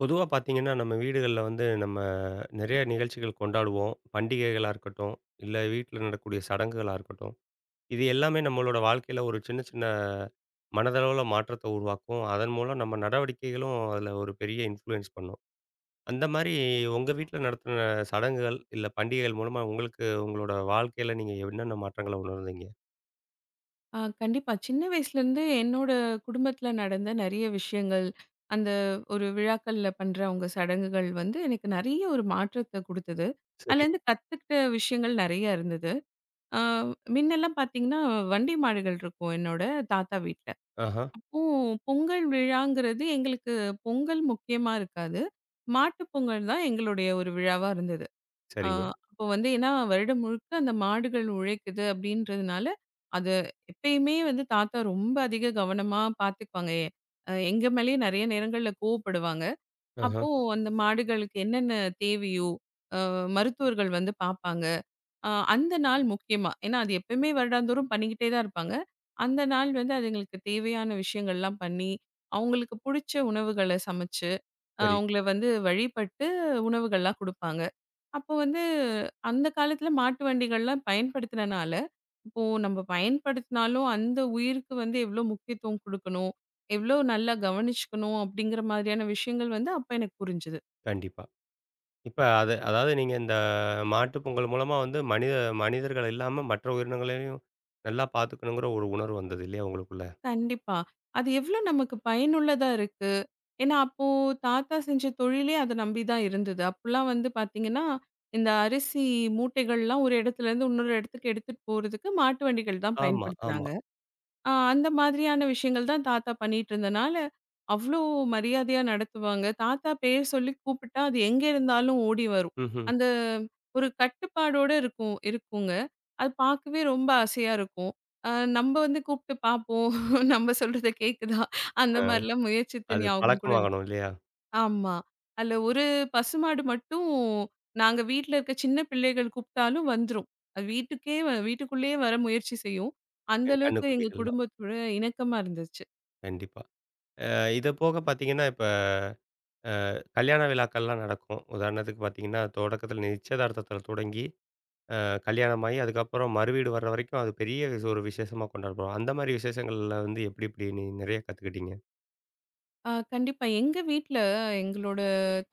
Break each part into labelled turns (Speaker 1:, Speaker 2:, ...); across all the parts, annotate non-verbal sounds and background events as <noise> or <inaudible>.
Speaker 1: பொதுவா பார்த்தீங்கன்னா, நம்ம வீடுகள்ல வந்து நம்ம நெறைய நிகழ்ச்சிகள் கொண்டாடுவோம். பண்டிகைகளா இருக்கட்டும், இல்ல வீட்ல நடக்கக்கூடிய சடங்குகளா இருக்கட்டும். இது எல்லாமே நம்மளோட வாழ்க்கையில ஒரு சின்ன சின்ன மனதளவுல மாற்றத்த உருவாக்கும். அதன் மூலம் நம்ம நடவடிக்கைகளும் அதில ஒரு பெரிய இன்ஃப்ளூயன்ஸ் பண்ணும். அந்த மாரி உங்க வீட்ல நடத்தின சடங்குகள், இல்ல பண்டிகைகள் மூலமா உங்களுக்கு உங்களோட வாழ்க்கையில நீங்க என்னென்ன மாற்றங்கள உணர்ந்தீங்க?
Speaker 2: ஆ கண்டிப்பா. சின்ன வயசுலேருந்து என்னோட குடும்பத்தில நடந்த நெறைய விஷயங்கள், அந்த ஒரு விழாக்கள்ல பண்ற அவங்க சடங்குகள் வந்து எனக்கு நெறைய ஒரு மாற்றத்த குடுத்தது.
Speaker 1: சரி.
Speaker 2: அதுலேருந்து கத்துக்கிட்ட விஷயங்கள் நெறையா இருந்தது. ஆ மின்னெல்லாம் பார்த்தீங்கன்னா, வண்டி மாடுகள் இருக்கும் என்னோட தாத்தா வீட்ல.
Speaker 1: ஆஹா.
Speaker 2: அப்போ பொங்கல் விழாங்கிறது எங்களுக்கு பொங்கல் முக்கியமா இருக்காது. மாட்டுப் பொங்கல் தான் எங்களுடைய ஒரு விழாவா இருந்தது. ஆ,
Speaker 1: சரிங்க.
Speaker 2: அப்போ வந்து ஏன்னா வருடம் முழுக்க அந்த மாடுகள் உழைக்குது அப்படின்றதுனால, அது எப்பயுமே வந்து தாத்தா ரொம்ப அதிக கவனமா பார்த்துக்குவாங்க. எ அ எங்க மேலேயே நெறைய நேரங்கள்ல கோவப்படுவாங்க.
Speaker 1: ஆஹா.
Speaker 2: அப்போ அந்த மாடுகளுக்கு என்னென்ன தேவையோ, அ மருத்துவர்கள் வந்து பார்ப்பாங்க. அ அந்த நாள் முக்கியமா. ஏன்னா அது எப்பயுமே வருடாந்தோறும் பண்ணிக்கிட்டே தான் இருப்பாங்க. அந்த நாள் வந்து அதுங்களுக்கு தேவையான விஷயங்கள்லாம் பண்ணி, அவங்களுக்கு புடிச்ச உணவுகள சமைச்சு,
Speaker 1: சரி.
Speaker 2: அவங்கள வந்து வழிபட்டு உணவுகள்லாம் குடுப்பாங்க. அப்போ வந்து அந்த காலத்துல மாட்டு வண்டிகள்லாம் பயன்படுத்தினனால, இப்போ நம்ம பயன்படுத்தினாலும் அந்த உயிருக்கு வந்து எவ்ளோ முக்கியத்துவம் குடுக்கணும், எவ்ளோ நல்லா கவனிச்சுக்கணும் அப்படிங்கிற மாதிரியான விஷயங்கள் வந்து அப்ப எனக்கு புரிஞ்சது.
Speaker 1: கண்டிப்பா. இப்ப அது அதாவது நீங்க இந்த மாட்டுப் பொங்கல் மூலமா வந்து மனிதர்கள் இல்லாம மற்ற உயிரினங்களையும் நல்லா பார்த்துக்கணுங்கிற ஒரு உணர்வு வந்தது இல்லையா உங்களுக்குள்ள?
Speaker 2: கண்டிப்பா. அது எவ்ளோ நமக்கு பயனுள்ளதா இருக்கு. ஏன்னா அப்போ தாத்தா செஞ்ச தொழிலே அத நம்பி தான் இருந்தது. அப்பலாம் வந்து பார்த்தீங்கன்னா, இந்த அரிசி மூட்டைகள்லாம் ஒரு இடத்துல இருந்து இன்னொரு இடத்துக்கு எடுத்துட்டு போறதுக்கு மாட்டு வண்டிகள் தான்
Speaker 1: ஆமா, ஆமா.
Speaker 2: பயன்படுத்துனாங்க. ஆ அந்த மாதிரியான விஷயங்கள் தான் தாத்தா பண்ணிட்டுருந்தனால, அவ்ளோ மரியாதையா நடத்துவாங்க. தாத்தா பேர் சொல்லி கூப்பிட்டா, அது எங்க இருந்தாலும் ஓடி வரும்.
Speaker 1: ம்ஹ்ம்.
Speaker 2: அந்த ஒரு கட்டுப்பாடோட இருக்கும் இருக்குங்க. அது பார்க்கவே ரொம்ப ஆசையா இருக்கும். அ நம்ப வந்து கூப்ட்டு பார்ப்போம். <laughs> நம்ப சொல்றத கேட்குதா? அந்த
Speaker 1: அ
Speaker 2: மாரிலாம் முயற்சித்த
Speaker 1: அது
Speaker 2: ஞாபகம் கூட இருக்கு.
Speaker 1: பழக்கமாகணும் இல்லையா?
Speaker 2: ஆமா. அதுல ஒரு பசுமாடு மட்டும் நாங்க வீட்ல இருக்க சின்ன பிள்ளைகள் கூப்பிட்டாலும் வந்துரும். அது வீட்டுக்கே வீட்டுக்குள்ளேயே வர முயற்சி செய்யும். அந்த அளவுக்கு எங்க
Speaker 1: கன்னுக்குட்டிகள்லாம்.
Speaker 2: குடும்பத்தோட இணக்கமா இருந்துச்சு.
Speaker 1: கண்டிப்பா. இது போக பார்த்தீங்கன்னா, இப்ப கல்யாண விழாக்கள்லாம் நடக்கும். உதாரணத்துக்கு பார்த்தீங்கன்னா, தொடக்கத்தில நிச்சயதார்த்தத்தில தொடங்கி, அ கல்யாணமாகி அதுக்கப்புறம் மறுவீடு வர்ற வரைக்கும் அது பெரிய ஒரு விசேஷமா கொண்டாடுறோம். அந்த மாரி விசேஷங்கள்ல வந்து எப்படி, எப்படி நீ நிறைய கத்துக்கிட்டீங்க?
Speaker 2: ஆ கண்டிப்பா. எங்க வீட்ல எங்களோட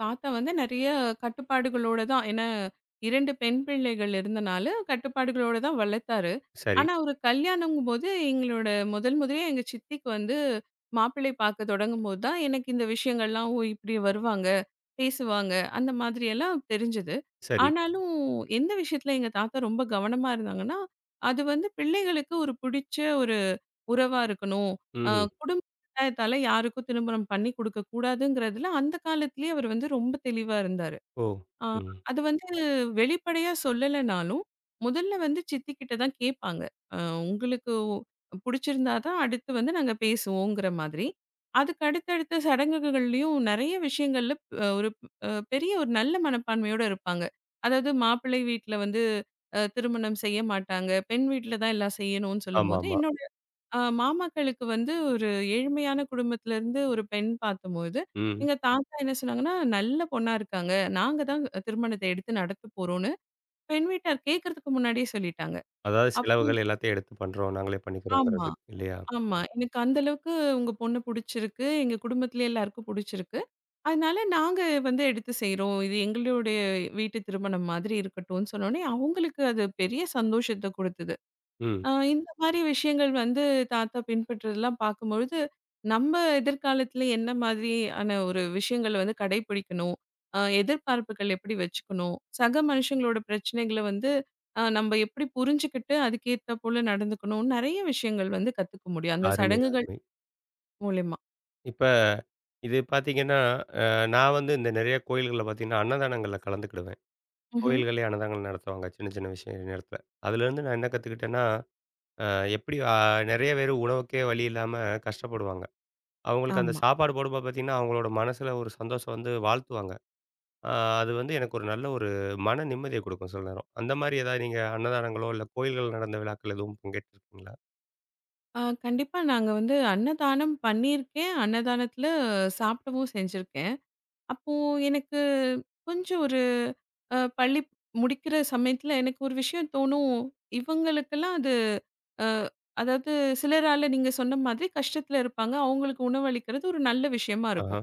Speaker 2: தாத்தா வந்து நெறைய கட்டுப்பாடுகளோட தான் ஏன்னா 2 பெண் பிள்ளைகள் இருந்தனால, கட்டுப்பாடுகளோட தான் வளர்த்தாரு.
Speaker 1: சரி,
Speaker 2: ஆனா ஒரு கல்யாணங்கும்போது எங்களோட முதல் முதலே எங்க சித்திக்கு வந்து மாப்பிள்ளை பார்க்க தொடங்கும்போது தான் எனக்கு இந்த விஷயங்கள்லாம், ஓ! இப்படி வருவாங்க, பேசுவாங்க அந்த மாதிரியெல்லாம் தெரிஞ்சது.
Speaker 1: சரி.
Speaker 2: ஆனாலும் எந்த விஷயத்துல எங்க தாத்தா ரொம்ப கவனமா இருந்தாங்கன்னா, அது வந்து பிள்ளைகளுக்கு ஒரு புடிச்ச ஒரு உறவா இருக்கணும். அ
Speaker 1: ம்ஹ்ம்.
Speaker 2: குடும்ப கட்டாயத்தால யாருக்கும் திருமணம் பண்ணி குடுக்கக் கூடாதுங்கிறதுல அந்த காலத்திலேயே அவர் வந்து ரொம்ப தெளிவா இருந்தாரு.
Speaker 1: ஓ!
Speaker 2: அ
Speaker 1: ம்.
Speaker 2: அது வந்து வெளிப்படையா சொல்லலனாலும், முதல்ல வந்து சித்தி கிட்ட தான் கேட்பாங்க. அ உங்களுக்கு புடிச்சிருந்தா தான் அடுத்து வந்து நாங்க பேசுவோங்கிற மாதிரி. அதுக்கு அடுத்தடுத்த சடங்குகள்லயும் நெறைய விஷயங்கள்ல ஒரு பெரிய ஒரு நல்ல மனப்பான்மையோட இருப்பாங்க. அதாவது மாப்பிள்ளை வீட்ல வந்து திருமணம் செய்ய மாட்டாங்க. பெண் வீட்ல தான் எல்லாம் செய்யணும்னு சொல்லும்போது,
Speaker 1: ஆமாமா.
Speaker 2: என்னோட ஆ மாமாக்களுக்கு வந்து ஒரு ஏழ்மையான குடும்பத்திலேருந்து ஒரு பெண் பார்த்தபோது,
Speaker 1: ம்.
Speaker 2: எங்க தாத்தா என்ன சொன்னாங்கன்னா, "நல்ல பொண்ணா இருக்காங்க. நாங்க தான் திருமணத்தை எடுத்து நடத்தப் போறோம்ன்னு" பெண் வீட்டார் கேட்கறதுக்கு முன்னாடியே சொல்லிட்டாங்க.
Speaker 1: அதாவது
Speaker 2: அப்போ
Speaker 1: செலவுகள் எல்லாத்தையும் எடுத்து பண்றோம். நாங்களே
Speaker 2: ஆமா,
Speaker 1: பண்ணிக்கிறோங்கிறது இல்லையா?
Speaker 2: ஆமா. "எனக்கு அந்த அளவுக்கு உங்க பொண்ணு புடிச்சிருக்கு. எங்க குடும்பத்திலே எல்லாருக்கும் புடிச்சிருக்கு. அதனால நாங்க வந்து எடுத்து செய்றோம். இது எங்களுடைய வீட்டு திருமணம் மாதிரி இருக்கட்டும்ன்னு" சொன்னோனே, அவங்களுக்கு அது பெரிய சந்தோஷத்த கொடுத்தது.
Speaker 1: ம். ம்.
Speaker 2: ஆ இந்த மாரி விஷயங்கள் வந்து தாத்தா பின்பற்றதெல்லாம் பார்க்கும்பொழுது, நம்ம எதிர்காலத்துல என்ன மாதிரியான ஒரு விஷயங்கள வந்து கடைபிடிக்கணும்? எதிர்பார்ப்புகள் எப்படி வச்சுக்கணும்? சக மனுஷங்களோட பிரச்சனைகள வந்து நம்ம எப்படி புரிஞ்சுக்கிட்டு, அதுக்கேத்தா போல நடந்துக்கணும்? நெறைய விஷயங்கள் வந்து கத்துக்க முடியும். அந்த
Speaker 1: அருமை,
Speaker 2: சடங்குகள்
Speaker 1: அருமை.
Speaker 2: மூலியமா.
Speaker 1: இப்ப இது பார்த்தீங்கன்னா, அ நான் வந்து இந்த நெறைய கோயில்கள்ல பார்த்தீங்கன்னா, அன்னதானங்கள்ல கலந்துக்கிடுவேன்.
Speaker 2: ம்ஹ்ம்.
Speaker 1: கோயில்களே அன்னதானங்கள் நடத்துவாங்க. சின்ன, சின்ன விஷய நேரத்தில. அதுலேருந்து நான் என்ன கத்துக்கிட்டேன்னா, அ எப்படி நெறைய பேரு உணவுக்கே வழி இல்லாம கஷ்டப்படுவாங்க. அவங்களுக்கு அந்த
Speaker 2: ஆமா.
Speaker 1: சாப்பாடு போடும்போது பார்த்தீங்கன்னா, அவங்களோட மனசுல ஒரு சந்தோஷம் வந்து வாழ்த்துவாங்க. அ அது வந்து எனக்கு ஒரு நல்ல ஒரு மன நிம்மதிய குடுக்கும் சில நேரம். அந்த மாரி ஏதாவது நீங்க அன்னதானங்களோ, இல்ல கோயில்கள் நடந்த விழாக்கள் எதுவும் பங்கேற்றிருக்கீங்களா?
Speaker 2: அ கண்டிப்பா நாங்க வந்து அன்னதானம் பண்ணியிருக்கேன். அன்னதானத்துல சாப்பிடவும் செஞ்சிருக்கேன். அப்போ எனக்கு கொஞ்சம் ஒரு பள்ளி முடிக்கிற சமயத்துல எனக்கு ஒரு விஷயம் தோணும். இவங்களுக்கெல்லாம் அது அ அதாவது சிலரால நீங்க சொன்ன மாதிரி கஷ்டத்துல இருப்பாங்க. அவங்களுக்கு உணவளிக்கிறது ஒரு நல்ல விஷயமா
Speaker 1: ஆஹா.
Speaker 2: இருக்கும்.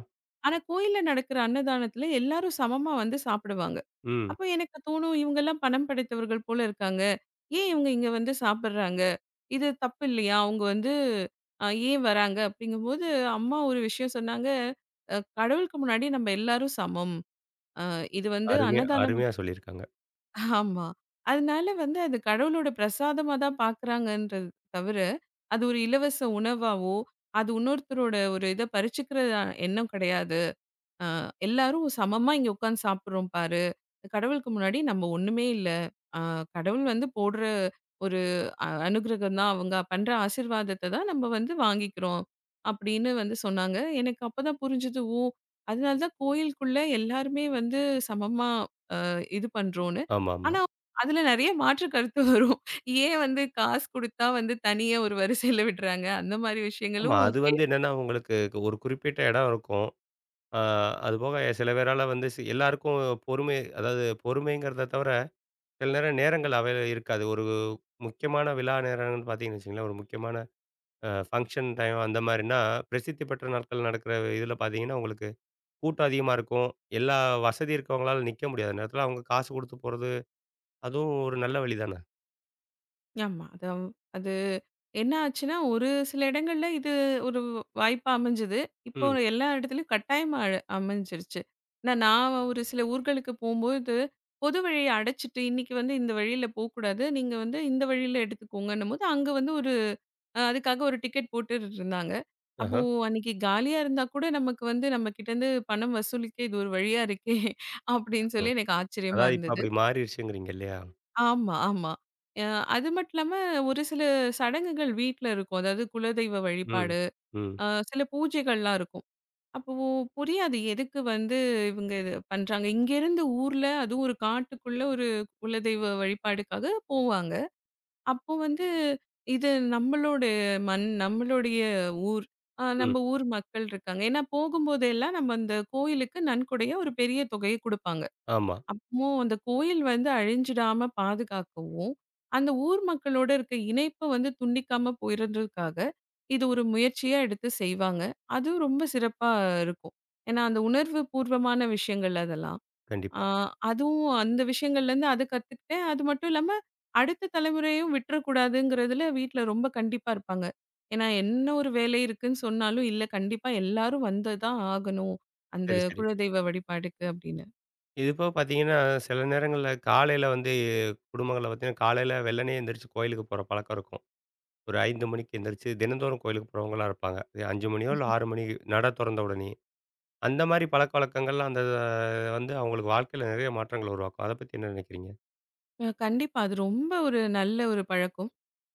Speaker 2: ஆனா, கோயில்ல நடக்கிற அன்னதானத்துல எல்லாரும் சமமா வந்து சாப்பிடுவாங்க.
Speaker 1: ம்.
Speaker 2: அப்ப எனக்கு தோணும், இவங்கலாம் பணம் படைத்தவர்கள் போல இருக்காங்க. ஏன் இவங்க இங்க வந்து சாப்பிடுறாங்க? இது தப்பு இல்லையா? அவங்க வந்து ஏன் வராங்க? அப்படிங்கும்போது அம்மா ஒரு விஷயம் சொன்னாங்க, கடவுளுக்கு முன்னாடி நம்ம எல்லாரும் சமம். அ இது வந்து
Speaker 1: அருமையா
Speaker 2: அன்னதானம்"
Speaker 1: அருமையா சொல்லியிருக்காங்க.
Speaker 2: ஆமா. அதனால வந்து அது கடவுளோட பிரசாதமா தான் பார்க்குறாங்கன்றது தவிர, அது ஒரு இலவச உணவாவோ, அது இன்னொருத்தரோட ஒரு இத பறிச்சுக்கிற எண்ணம் கிடையாது. அ எல்லாரும் சமமா இங்க உட்கார்ந்து சாப்பிடுறோம் பாரு. கடவுளுக்கு முன்னாடி நம்ம ஒண்ணுமே இல்ல. அ கடவுள் வந்து போடுற ஒரு அனுகிரகம் தான். அவங்க பண்ற ஆசீர்வாதத்த தான் நம்ம வந்து வாங்கிக்கிறோம். அப்படின்னு வந்து சொன்னாங்க. எனக்கு அப்பதான் புரிஞ்சது ஓ! அதனால தான் கோயிலுக்குள்ள எல்லாருமே வந்து சமமா அ இது பண்றோம்ன்னு.
Speaker 1: ஆமாமா. ஆமா.
Speaker 2: ஆனா அதுல நெறைய மாற்று கருத்து வரும். ஏன் வந்து காசு குடுத்தா வந்து தனியா ஒரு வரிசையில விடுறாங்க. அந்த மாரி
Speaker 1: ஆமா.
Speaker 2: விஷயங்களும்
Speaker 1: அது வந்து என்னன்னா, உங்களுக்கு ஒரு குறிப்பிட்ட இடம் இருக்கும். ஆ அதுபோக சில பேரால வந்து எல்லாருக்கும் பொறுமை அதாவது பொறுமைங்கிறத தவிர, சில நேரங்கள் அவைல இருக்காது. ஒரு முக்கியமான விழா நேரம்னு பார்த்தீங்கன்னு வச்சுக்கங்களேன், ஒரு முக்கியமான ஃபங்ஷன் டைம் அந்த மாரின்னா, பிரசித்தி பெற்ற நாட்கள் நடக்கிற இதில பார்த்தீங்கன்னா, உங்களுக்கு கூட்டம் அதிகமா இருக்கும். எல்லா வசதி இருக்கவங்களால நிக்க முடியாத நேரத்தில அவங்க காசு குடுத்து போறது, அதுவும் ஒரு நல்ல வழி தானே!
Speaker 2: ஆமா. அது என்ன ஆச்சுன்னா, ஒரு சில இடங்கள்ல இது ஒரு வாய்ப்பா அமைஞ்சது. இப்போ
Speaker 1: ம்.
Speaker 2: எல்லா இடத்துலயும் கட்டாயமா அமைஞ்சிருச்சு. ஏன்னா, நான் ஒரு சில ஊர்களுக்கு போம்போது, பொது வழிய அடைச்சிட்டு, "இன்னைக்கு வந்து இந்த வழியில போக்கூடாது. நீங்க வந்து இந்த வழியில எடுத்துக்கோங்கன்னும்போது" அங்க வந்து ஒரு அதுக்காக ஒரு டிக்கெட் போட்டுட்டு இருந்தாங்க. அப்போ
Speaker 1: ஆஹா.
Speaker 2: அன்னைக்கு காலியா இருந்தா கூட நமக்கு வந்து நம்ம கிட்டேருந்து பணம் வசூலிக்க இது ஒரு வழியா இருக்கே! அப்படின்னு
Speaker 1: அ.
Speaker 2: சொல்லி எனக்கு ஆச்சரியமா
Speaker 1: அதாவது இப்ப
Speaker 2: இருந்தது.
Speaker 1: அப்படி மாறிருச்சுங்கிறீங்க இல்லையா?
Speaker 2: ஆமா, ஆமா. அ அது மட்டும் இல்லாம ஒரு சில சடங்குகள் வீட்ல இருக்கும். அதாவது குலதெய்வ
Speaker 1: ம்.
Speaker 2: வழிபாடு,
Speaker 1: ம்.
Speaker 2: அ சில பூஜைகள்லாம் இருக்கும். அப்போ புரியாது எதுக்கு வந்து இவங்க இது பண்றாங்க. இங்கேருந்து ஊர்ல அதுவும் ஒரு காட்டுக்குள்ள ஒரு குலதெய்வ வழிபாடுக்காக போவாங்க. அப்போ வந்து இது நம்மளோட மண், நம்மளுடைய ஊர்,
Speaker 1: ம்.
Speaker 2: நம்ம ஊர் மக்கள் இருக்காங்க. ஏன்னா போகும்போதெல்லாம் நம்ம அந்த கோயிலுக்கு நன்கொடைய ஒரு பெரிய தொகைய குடுப்பாங்க.
Speaker 1: ஆமா.
Speaker 2: அப்போ அந்த கோயில் வந்து அழிஞ்சிடாம பாதுகாக்கவும், அந்த ஊர் மக்களோட இருக்க இணைப்பு வந்து துண்டிக்காம போயிறதுக்காக, இது ஒரு முயற்சியா எடுத்து செய்வாங்க. அதுவும் ரொம்ப சிறப்பா இருக்கும். ஏன்னா, அந்த உணர்வு பூர்வமான விஷயங்கள் அதெல்லாம். ஆ
Speaker 1: கண்டிப்பா.
Speaker 2: அதுவும் அந்த விஷயங்கள்லேருந்து அத கத்துக்கிட்டேன். அது மட்டும் இல்லாம, அடுத்த தலைமுறையும் விட்டுறக்கூடாதுங்கிறதுல வீட்ல ரொம்ப கண்டிப்பா இருப்பாங்க. ஏன்னா, என்ன ஒரு வேலை இருக்குன்னு சொன்னாலும், "இல்ல கண்டிப்பா எல்லாரும் வந்து தான் ஆகணும், அந்த
Speaker 1: சரி, சரி.
Speaker 2: குலதெய்வ வழிபாடுக்கு" அப்படின்னு.
Speaker 1: இது போக பார்த்தீங்கன்னா, சில நேரங்கள்ல காலையில வந்து குடும்பங்கள்ல பார்த்தீங்கன்னா, காலையில வெள்ளனே எந்திரிச்சு கோயிலுக்கு போற பழக்கம் இருக்கும். ஒரு 5 மணிக்கு எந்திரிச்சு தினந்தோறும் கோயிலுக்கு போறவங்களா இருப்பாங்க. இது 5 மணியோ இல்ல 6 மணிக்கு நட தொறந்த உடனேயே. அந்த மாரி பழக்கவழக்கங்கள்லாம் அந்த வந்து அவங்களுக்கு வாழ்க்கையில நெறைய மாற்றங்கள உருவாக்கும். அத பத்தி என்ன நினைக்கிறீங்க?
Speaker 2: அ கண்டிப்பா. அது ரொம்ப ஒரு நல்ல ஒரு பழக்கம்.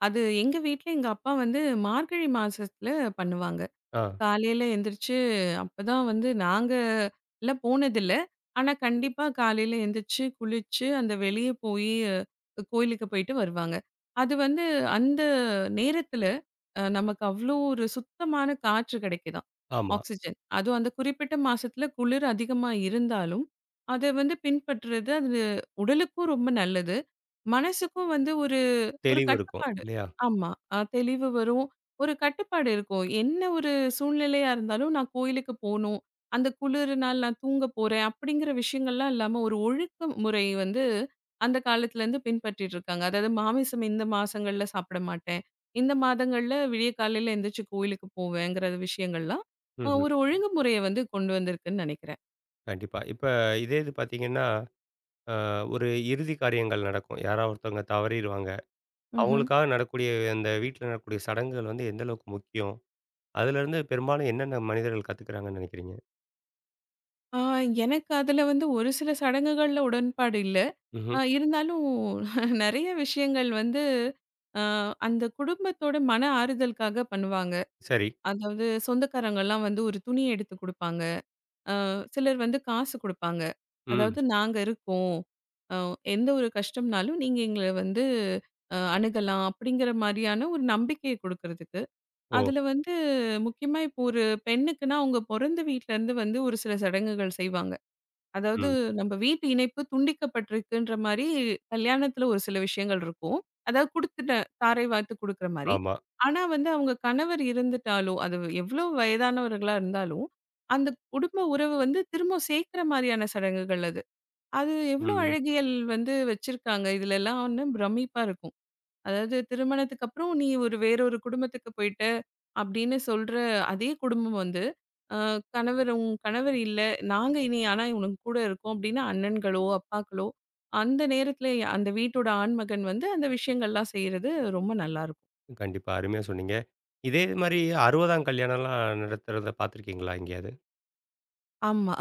Speaker 2: அது எங்க வீட்ல எங்க அப்பா வந்து மார்கழி மாசத்துல பண்ணுவாங்க.
Speaker 1: ஆ.
Speaker 2: காலையில எந்திரிச்சு அப்பதான் வந்து நாங்க எல்லாம் போனதில்ல. ஆனா, கண்டிப்பா காலையில எந்திரிச்சு, குளிச்சு, அந்த வெளிய போயி கோயிலுக்கு போயிட்டு வருவாங்க. அது வந்து அந்த நேரத்துல நமக்கு அவ்ளோ ஒரு சுத்தமான காற்று கிடைக்குதாம்.
Speaker 1: ஆமா.
Speaker 2: ஆக்ஸிஜன். அதுவும் அந்த குறிப்பிட்ட மாசத்துல குளிர் அதிகமா இருந்தாலும், அத வந்து பின்பற்றுறது அது உடலுக்கும் ரொம்ப நல்லது. மனசுக்கும் வந்து ஒரு ஒரு
Speaker 1: தெளிவு இருக்கும்.
Speaker 2: கட்டுப்பாடு.
Speaker 1: இல்லையா?
Speaker 2: ஆமா. தெளிவு வரும். ஒரு கட்டுப்பாடு இருக்கும். என்ன ஒரு சூழ்நிலையா இருந்தாலும் நான் கோயிலுக்கு போணும். அந்த குளிருனால் நான் தூங்க போறேன். அப்படிங்கிற விஷயங்கள்லாம் இல்லாம ஒரு ஒழுக்க முறை வந்து அந்த காலத்துலேருந்து பின்பற்றிட்டு இருக்காங்க. அதாவது மாமிசம் இந்த மாசங்கள்ல சாப்பிட மாட்டேன். இந்த மாதங்கள்ல விடிய காலையில எந்திரிச்சு கோயிலுக்கு போவேங்கிற விஷயங்கள்லாம்
Speaker 1: ம்ஹ்ம்.
Speaker 2: ஒரு ஒழுங்குமுறைய வந்து கொண்டு வந்திருக்குன்னு நினைக்கிறேன்.
Speaker 1: கண்டிப்பா. இப்ப இது பார்த்தீங்கன்னா, அ ஒரு இறுதி காரியங்கள் நடக்கும். யாரா ஒருத்தவங்க தவறிருவாங்க.
Speaker 2: ம்ஹ்ம்.
Speaker 1: அவங்களுக்காக நடக்கூடிய அந்த வீட்ல நடக்கக்கூடிய சடங்குகள் வந்து எந்த அளவுக்கு முக்கியம்? அதுலேருந்து பெரும்பாலும் என்னென்ன மனிதர்கள் கத்துக்கிறாங்கன்னு நினைக்கிறீங்க?
Speaker 2: ஆ எனக்கு அதுல வந்து ஒரு சில சடங்குகள்ல உடன்பாடு இல்ல. ஆ
Speaker 1: ம்ஹ்ம்.
Speaker 2: இருந்தாலும் <laughs> நெறைய விஷயங்கள் வந்து அ அந்த குடும்பத்தோட மன ஆறுதலுக்காக பண்ணுவாங்க.
Speaker 1: சரி.
Speaker 2: அதாவது சொந்தக்காரங்கலாம் வந்து ஒரு துணி எடுத்து குடுப்பாங்க. சிலர் வந்து காசு குடுப்பாங்க.
Speaker 1: ம்.
Speaker 2: அதாவது நாங்க இருக்கோம். அ எந்த ஒரு கஷ்டம்னாலும் நீங்க எங்கள வந்து அணுகலாம் அப்படிங்கிற மாரியான ஒரு நம்பிக்கைய குடுக்கறதுக்கு.
Speaker 1: ஓ!
Speaker 2: அதுல வந்து முக்கியமா இப்போ ஒரு பெண்ணுக்குன்னா அவங்க பொறந்த வீட்லருந்து வந்து ஒரு சில சடங்குகள் செய்வாங்க. அதாவது
Speaker 1: ம்.
Speaker 2: நம்ம வீட்டு இணைப்பு துண்டிக்கப்பட்டிருக்குன்ற மாரி, கல்யாணத்துல ஒரு சில விஷயங்கள் இருக்கும். அதாவது குடுத்துட்டேன். தாரை வார்த்து குடுக்குற மாரி.
Speaker 1: ஆமா.
Speaker 2: ஆனா வந்து அவங்க கணவர் இருந்துட்டாலோ, அது எவ்ளோ வயதானவர்களா இருந்தாலும், அந்த குடும்ப உறவு வந்து திரும்ப சேர்க்கிற மாரியான சடங்குகள் அது. அது எவ்ளோ
Speaker 1: ம்.
Speaker 2: அழகியல் வந்து வச்சிருக்காங்க இதுலலாம்னு பிரமிப்பா இருக்கும். அதாவது திருமணத்துக்கு அப்புறம் நீ ஒரு வேறொரு குடும்பத்துக்கு போயிட்ட அப்படின்னு சொல்ற அதே குடும்பம் வந்து கணவர் உன் கணவர் இல்லை நாங்க இனி ஆனா உனக்கு கூட இருக்கோம் அப்படின்னு அண்ணன்களோ அப்பாக்களோ அந்த நேரத்துல அந்த வீட்டோட ஆண்மகன் வந்து அந்த விஷயங்கள்லாம் செய்யறது ரொம்ப நல்லா இருக்கும்
Speaker 1: கண்டிப்பா. அருமையா சொன்னீங்க. இதே மாரி 60ஆம் கல்யாணம்லாம் நடத்துறத பார்த்துருக்கீங்களா எங்கேயாவது?
Speaker 2: ஆமா.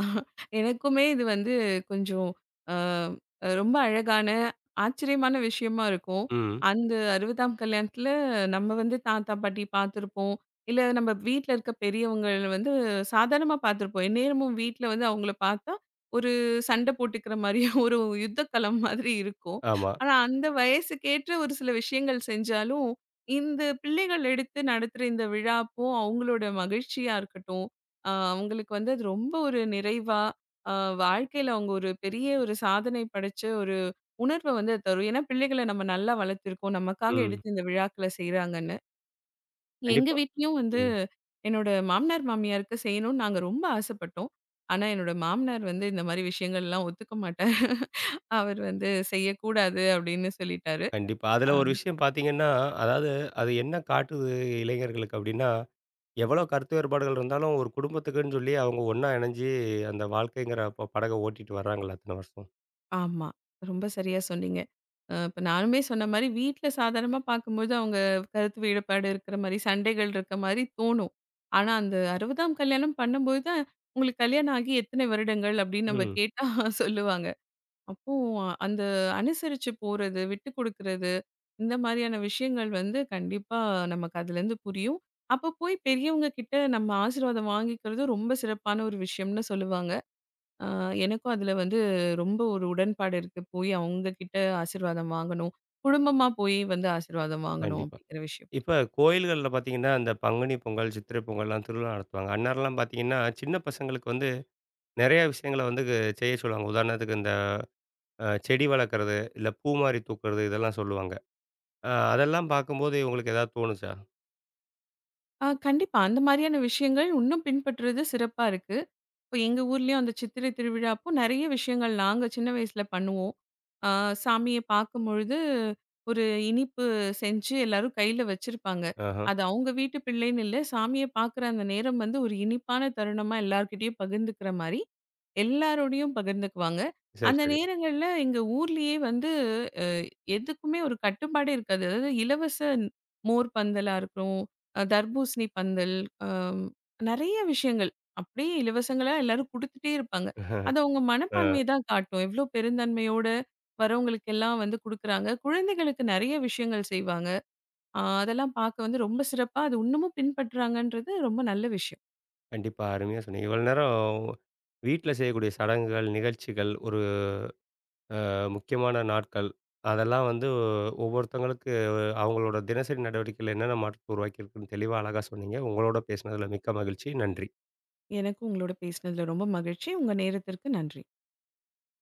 Speaker 2: எனக்குமே இது வந்து கொஞ்சம் அ ரொம்ப அழகான, ஆச்சரியமான விஷயமா இருக்கும்.
Speaker 1: ம்.
Speaker 2: அந்த 60ஆம் கல்யாணத்துல நம்ம வந்து தாத்தா, பாட்டி பார்த்துருப்போம். இல்ல நம்ம வீட்ல இருக்க பெரியவங்கள வந்து சாதாரணமா பார்த்துருப்போம். எந்நேரமும் வீட்ல வந்து அவங்கள பார்த்தா, ஒரு சண்டை போட்டுக்கிற மாரியே <laughs> ஒரு யுத்தக்களம் மாதிரி இருக்கும்.
Speaker 1: ஆமா.
Speaker 2: ஆனா, அந்த வயசுக்கேற்ற ஒரு சில விஷயங்கள் செஞ்சாலும், இந்த பிள்ளைகள் எடுத்து நடத்துற இந்த விழா அப்போ அவங்களோட மகிழ்ச்சியா இருக்கட்டும், அவங்களுக்கு வந்து அது ரொம்ப ஒரு நிறைவா, அ வாழ்க்கையில அவங்க ஒரு பெரிய ஒரு சாதனை படைச்ச ஒரு உணர்வ வந்து அது தரும். ஏன்னா பிள்ளைகள நம்ம நல்லா வளர்த்துருக்கோம். நமக்காக
Speaker 1: ம்.
Speaker 2: எடுத்து இந்த விழாக்கள செய்றாங்கன்னு. எங்க
Speaker 1: கண்டிப்பா.
Speaker 2: வீட்லயும் வந்து
Speaker 1: ம்.
Speaker 2: என்னோட மாமனார், மாமியாருக்கு செய்யணும்னு நாங்க ரொம்ப ஆசைப்பட்டோம். ஆனா என்னோட மாமனார் வந்து இந்த மாரி விஷயங்கள்லாம் ஒத்துக்க மாட்டார். <laughs> அவர் வந்து செய்யக்கூடாது அப்படின்னு சொல்லிட்டாரு.
Speaker 1: கண்டிப்பா. அதுல
Speaker 2: அ.
Speaker 1: ஒரு விஷயம் பார்த்தீங்கன்னா, அதாவது அது என்ன காட்டுது இளைஞர்களுக்கு அப்டின்னா, எவ்வளோ கருத்து வேறுபாடுகள் இருந்தாலும் ஒரு குடும்பத்துக்குன்னு சொல்லி அவங்க ஒண்ணா இணைஞ்சு அந்த வாழ்க்கைங்கிற படக ஓட்டிட்டு வர்றாங்கல்ல அத்தன வருஷம்.
Speaker 2: ஆமா. ரொம்ப சரியா சொன்னீங்க. இப்ப நானுமே சொன்ன மாரி வீட்ல சாதாரணமா பார்க்கும்போது அவங்க கருத்து வேறுபாடு இருக்கிற மாரி, சண்டைகள் இருக்க மாரி தோணும். ஆனா அந்த 60ஆம் கல்யாணம் பண்ணும்போது தான், உங்களுக்கு கல்யாணம் ஆகி எத்தனை வருடங்கள் அப்படின்னு நம்ம
Speaker 1: ம்.
Speaker 2: கேட்டா <laughs> சொல்லுவாங்க. அப்போ அந்த அனுசரிச்சு போறது, விட்டுக் குடுக்குறது, இந்த மாரியான விஷயங்கள் வந்து கண்டிப்பா நமக்கு அதுலேருந்து புரியும். அப்ப போய் பெரியவங்க கிட்ட நம்ம ஆசீர்வாதம் வாங்கிக்கிறது ரொம்ப சிறப்பான ஒரு விஷயம்னு சொல்லுவாங்க. ஆ, எனக்கும் அதுல வந்து ரொம்ப ஒரு உடன்பாடு இருக்கு. போய் அவங்க கிட்ட ஆசீர்வாதம் வாங்கணும். குடும்பமா போய் வந்து ஆசீர்வாதம் வாங்கணும்
Speaker 1: கண்டிப்பா.
Speaker 2: அப்படிங்கிற விஷயம்.
Speaker 1: இப்ப கோயில்கள்ல பார்த்தீங்கன்னா, இந்த பங்குனி பொங்கல், சித்திரை பொங்கல்லாம் திருவிழா நடத்துவாங்க. அந்நேரம்லாம் பார்த்தீங்கன்னா, சின்ன பசங்களுக்கு வந்து நெறைய விஷயங்கள வந்து செய்ய சொல்லுவாங்க. உதாரணத்துக்கு இந்த செடி வளர்க்குறது, இல்ல பூ மாரி தூக்குறது இதெல்லாம் சொல்லுவாங்க. அதெல்லாம் பார்க்கும்போது உங்களுக்கு ஏதாவது தோணுச்சா?
Speaker 2: ஆ, கண்டிப்பா. அந்த மாரியான விஷயங்கள் இன்னும் பின்பற்றுறது சிறப்பா இருக்கு. இப்போ எங்க ஊர்லயும் அந்த சித்திரை திருவிழா அப்போ நெறைய விஷயங்கள் நாங்க சின்ன வயசுல பண்ணுவோம். ஆ சாமிய பார்க்கும்பொழுது ஒரு இனிப்பு செஞ்சு எல்லாரும் கையில வச்சிருப்பாங்க.
Speaker 1: ஆஹ.
Speaker 2: அது அவங்க வீட்டு பிள்ளைன்னு இல்ல. சாமிய பார்க்குற அந்த நேரம் வந்து ஒரு இனிப்பான தருணமா எல்லார்கிட்டயும் பகிர்ந்துக்கிற மாரி, எல்லாரோடையும் பகிர்ந்துக்குவாங்க.
Speaker 1: சரி,
Speaker 2: அந்த
Speaker 1: சரி.
Speaker 2: நேரங்கள்ல எங்க ஊர்லயே வந்து அ எதுக்குமே ஒரு கட்டுப்பாடே இருக்காது. அதாவது இலவச மோர் பந்தலா இருக்கும், தர்பூசணி பந்தல், அ நெறைய விஷயங்கள். அப்படியே இலவசங்களா எல்லாரும் குடுத்துட்டே இருப்பாங்க. அது அவங்க
Speaker 1: ஆ.
Speaker 2: மனப்பான்மைய தான் காட்டும். எவ்ளோ பெருந்தன்மையோட வரவங்களுக்கு எல்லாம் வந்து குடுக்குறாங்க. குழந்தைகளுக்கு நெறைய விஷயங்கள் செய்வாங்க. அதெல்லாம் பார்க்க வந்து ரொம்ப சிறப்பா அது இன்னமும் பின்பற்றுறாங்கன்றது ரொம்ப நல்ல விஷயம்.
Speaker 1: கண்டிப்பா. அருமையா சொன்னீங்க. இவ்வளோ நேரம் வீட்ல செய்யக்கூடிய சடங்குகள், நிகழ்ச்சிகள் ஒரு முக்கியமான நாட்கள். அதெல்லாம் வந்து ஒவ்வொருத்தங்களுக்கு அவங்களோட தினசரி நடவடிக்கையில என்னென்ன மாற்றத்த உருவாக்கியிருக்குன்னு தெளிவா, அழகா சொன்னீங்க. உங்களோட பேசினதுல மிக்க மகிழ்ச்சி. நன்றி.
Speaker 2: எனக்கும் உங்களோட பேசினதுல ரொம்ப மகிழ்ச்சி. உங்க நேரத்திற்கு நன்றி.